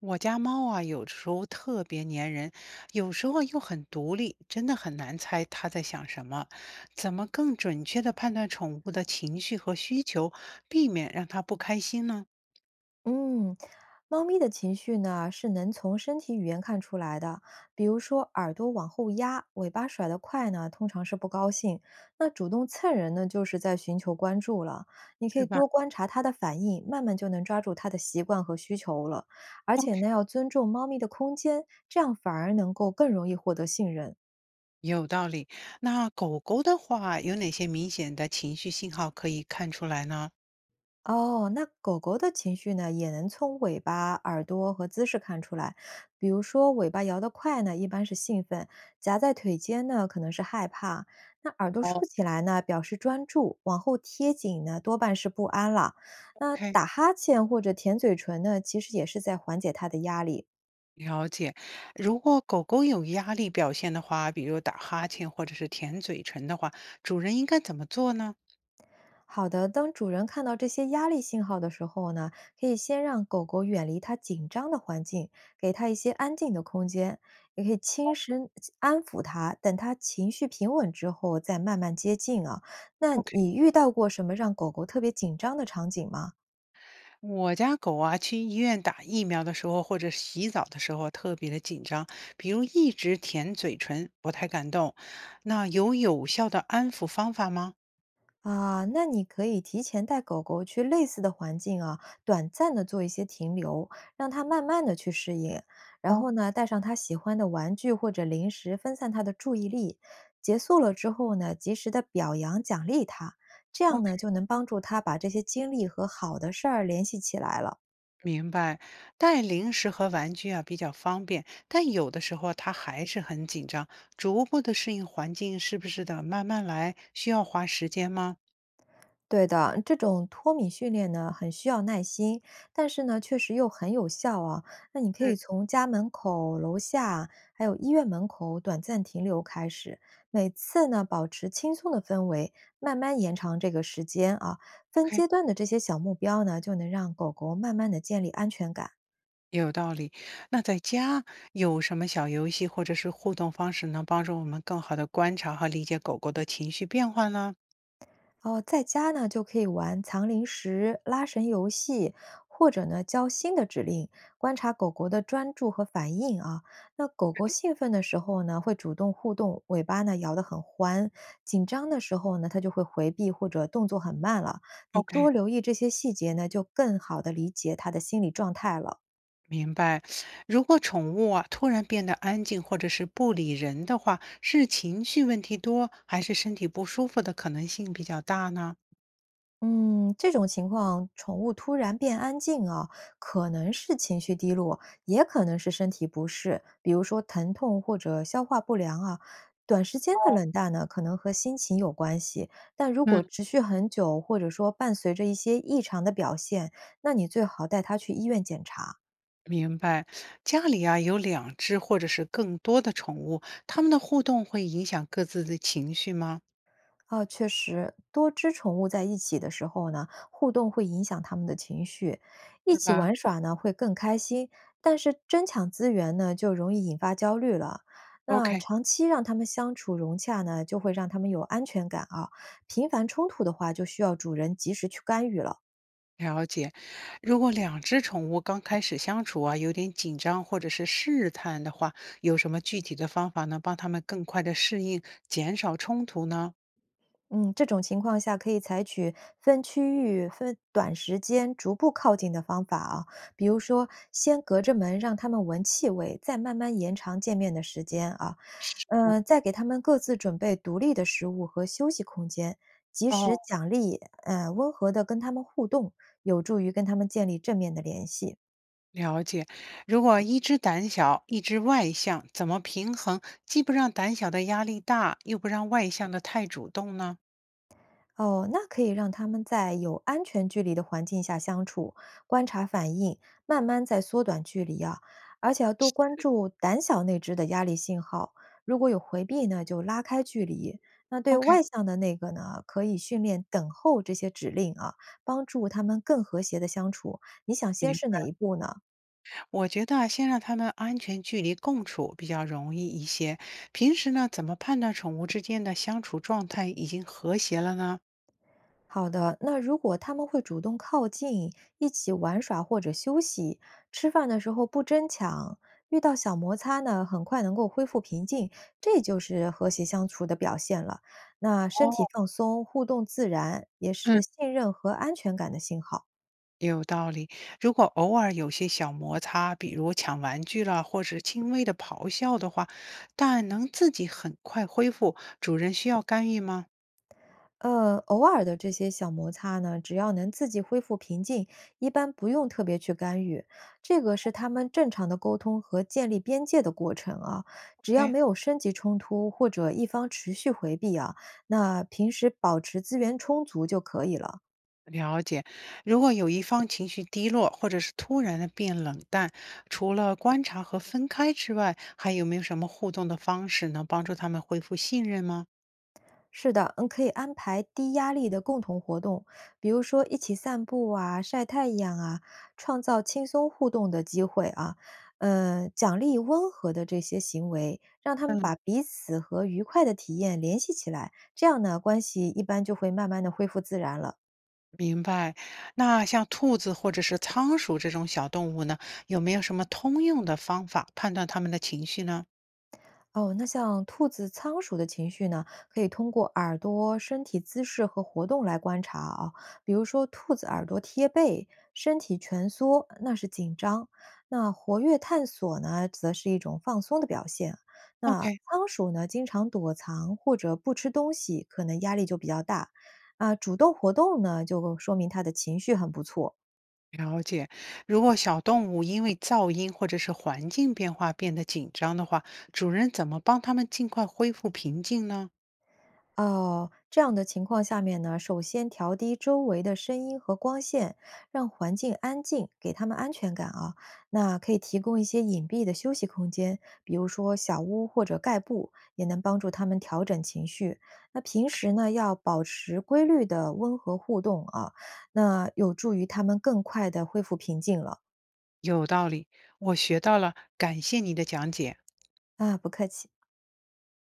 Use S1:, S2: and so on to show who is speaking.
S1: 我家猫啊，有时候特别粘人，有时候又很独立，真的很难猜它在想什么。怎么更准确地判断宠物的情绪和需求，避免让它不开心呢？
S2: 嗯，猫咪的情绪呢是能从身体语言看出来的，比如说耳朵往后压，尾巴甩得快呢，通常是不高兴。那主动蹭人呢，就是在寻求关注了。你可
S1: 是
S2: 以
S1: 吧？
S2: 多观察它的反应，慢慢就能抓住它的习惯和需求了。而且呢，要尊重猫咪的空间，这样反而能够更容易获得信任。
S1: 有道理。那狗狗的话，有哪些明显的情绪信号可以看出来呢？
S2: 哦，那狗狗的情绪呢，也能从尾巴、耳朵和姿势看出来。比如说，尾巴摇得快呢，一般是兴奋；夹在腿间呢，可能是害怕。那耳朵
S1: 哦
S2: 竖起来呢，表示专注；往后贴紧呢，多半是不安了。那
S1: ，OK，
S2: 打哈欠或者舔嘴唇呢，其实也是在缓解它的压力。
S1: 了解。如果狗狗有压力表现的话，比如打哈欠或者是舔嘴唇的话，主人应该怎么做呢？
S2: 好的，当主人看到这些压力信号的时候呢，可以先让狗狗远离它紧张的环境，给它一些安静的空间，也可以轻声安抚它，等它情绪平稳之后再慢慢接近啊。那你遇到过什么让狗狗特别紧张的场景吗？
S1: 我家狗啊，去医院打疫苗的时候，或者洗澡的时候，特别的紧张，比如一直舔嘴唇，不太敢动。那有有效的安抚方法吗？
S2: 啊，那你可以提前带狗狗去类似的环境啊，短暂的做一些停留，让它慢慢的去适应。然
S1: 哦，
S2: 后呢，带上它喜欢的玩具或者零食，分散它的注意力。结束了之后呢，及时的表扬奖励它，这样
S1: ？OK，
S2: 呢就能帮助它把这些经历和好的事儿联系起来了。
S1: 明白。带零食和玩具啊比较方便，但有的时候它还是很紧张。逐步的适应环境，是不是得慢慢来，需要花时间吗？
S2: 对的，这种脱敏训练呢，很需要耐心，但是呢，确实又很有效啊。那你可
S1: 嗯，
S2: 以从家门口、楼下，还有医院门口短暂停留开始，每次呢保持轻松的氛围，慢慢延长这个时间啊。分
S1: ？OK。
S2: 阶段的这些小目标呢，就能让狗狗慢慢的建立安全感。
S1: 有道理。那在家有什么小游戏或者是互动方式能帮助我们更好的观察和理解狗狗的情绪变化呢
S2: 哦，在家呢就可以玩藏零食、拉绳游戏，或者呢教新的指令，观察狗狗的专注和反应啊。那狗狗兴奋的时候呢，会主动互动，尾巴呢摇得很欢；紧张的时候呢，它就会回避或者动作很慢了。你
S1: ？OK，
S2: 多留意这些细节呢，就更好的理解它的心理状态了。
S1: 明白。如果宠物啊突然变得安静或者是不理人的话，是情绪问题多，还是身体不舒服的可能性比较大呢？
S2: 嗯，这种情况，宠物突然变安静啊，可能是情绪低落，也可能是身体不适，比如说疼痛或者消化不良啊。短时间的冷淡呢，可能和心情有关系，但如
S1: 嗯，
S2: 果持续很久，或者说伴随着一些异常的表现，那你最好带它去医院检查。
S1: 明白。家里啊有两只或者是更多的宠物，它们的互动会影响各自的情绪吗？
S2: 啊，确实，多只宠物在一起的时候呢，互动会影响它们的情绪，一
S1: 是
S2: 起
S1: 吧
S2: 玩耍呢会更开心，但是争抢资源呢就容易引发焦虑了。那
S1: ？OK。
S2: 长期让它们相处融洽呢，就会让它们有安全感啊。频繁冲突的话，就需要主人及时去干预了。
S1: 了解，如果两只宠物刚开始相处啊，有点紧张或者是试探的话，有什么具体的方法能帮它们更快的适应，减少冲突呢？
S2: 嗯，这种情况下可以采取分区域、分短时间、逐步靠近的方法啊，比如说先隔着门让它们闻气味，再慢慢延长见面的时间啊。
S1: 是，
S2: 嗯，再给他们各自准备独立的食物和休息空间，及时
S1: 哦，
S2: 奖励，嗯，温和的跟他们互动，有助于跟他们建立正面的联系。
S1: 了解。如果一只胆小，一只外向，怎么平衡，既不让胆小的压力大，又不让外向的太主动呢
S2: 哦，那可以让他们在有安全距离的环境下相处，观察反应，慢慢再缩短距离啊。而且要多关注胆小那只的压力信号，如果有回避呢，就拉开距离。那对
S1: ？OK，
S2: 外向的那个呢，可以训练等候这些指令啊，帮助他们更和谐的相处。你想先是哪一步呢？
S1: 我觉得啊先让它们安全距离共处比较容易一些。平时呢，怎么判断宠物之间的相处状态已经和谐了呢？
S2: 好的，那如果他们会主动靠近，一起玩耍或者休息，吃饭的时候不争抢，遇到小摩擦呢，很快能够恢复平静，这就是和谐相处的表现了。那身体
S1: 哦，
S2: 放松，互动自然，也
S1: 嗯，
S2: 是信任和安全感的信号。
S1: 有道理。如果偶尔有些小摩擦，比如抢玩具了，或者轻微的咆哮的话，但能自己很快恢复，主人需要干预吗？
S2: 偶尔的这些小摩擦呢，只要能自己恢复平静，一般不用特别去干预。这个是他们正常的沟通和建立边界的过程啊。只要
S1: 哎，
S2: 没有升级冲突或者一方持续回避啊，那平时保持资源充足就可以了。
S1: 了解，如果有一方情绪低落，或者是突然的变冷淡，除了观察和分开之外，还有没有什么互动的方式能帮助他们恢复信任吗？
S2: 是的，嗯，可以安排低压力的共同活动，比如说一起散步啊、晒太阳啊，创造轻松互动的机会啊。嗯，奖励温和的这些行为，让他们
S1: 嗯，
S2: 把彼此和愉快的体验联系起来，这样呢，关系一般就会慢慢的恢复自然了。
S1: 明白。那像兔子或者是仓鼠这种小动物呢，有没有什么通用的方法判断它们的情绪呢
S2: 哦，那像兔子、仓鼠的情绪呢，可以通过耳朵、身体姿势和活动来观察啊。比如说，兔子耳朵贴背，身体蜷缩，那是紧张；那活跃探索呢，则是一种放松的表现。那
S1: ？OK，
S2: 仓鼠呢，经常躲藏或者不吃东西，可能压力就比较大。啊，主动活动呢，就说明它的情绪很不错。
S1: 了解。如果小动物因为噪音或者是环境变化变得紧张的话，主人怎么帮它们尽快恢复平静呢？
S2: 哦，这样的情况下面呢，首先调低周围的声音和光线，让环境安静，给他们安全感啊。那可以提供一些隐蔽的休息空间，比如说小屋或者盖布，也能帮助他们调整情绪。那平时呢，要保持规律的温和互动啊，那有助于他们更快的恢复平静了。
S1: 有道理，我学到了，感谢你的讲解。
S2: 啊，不客气。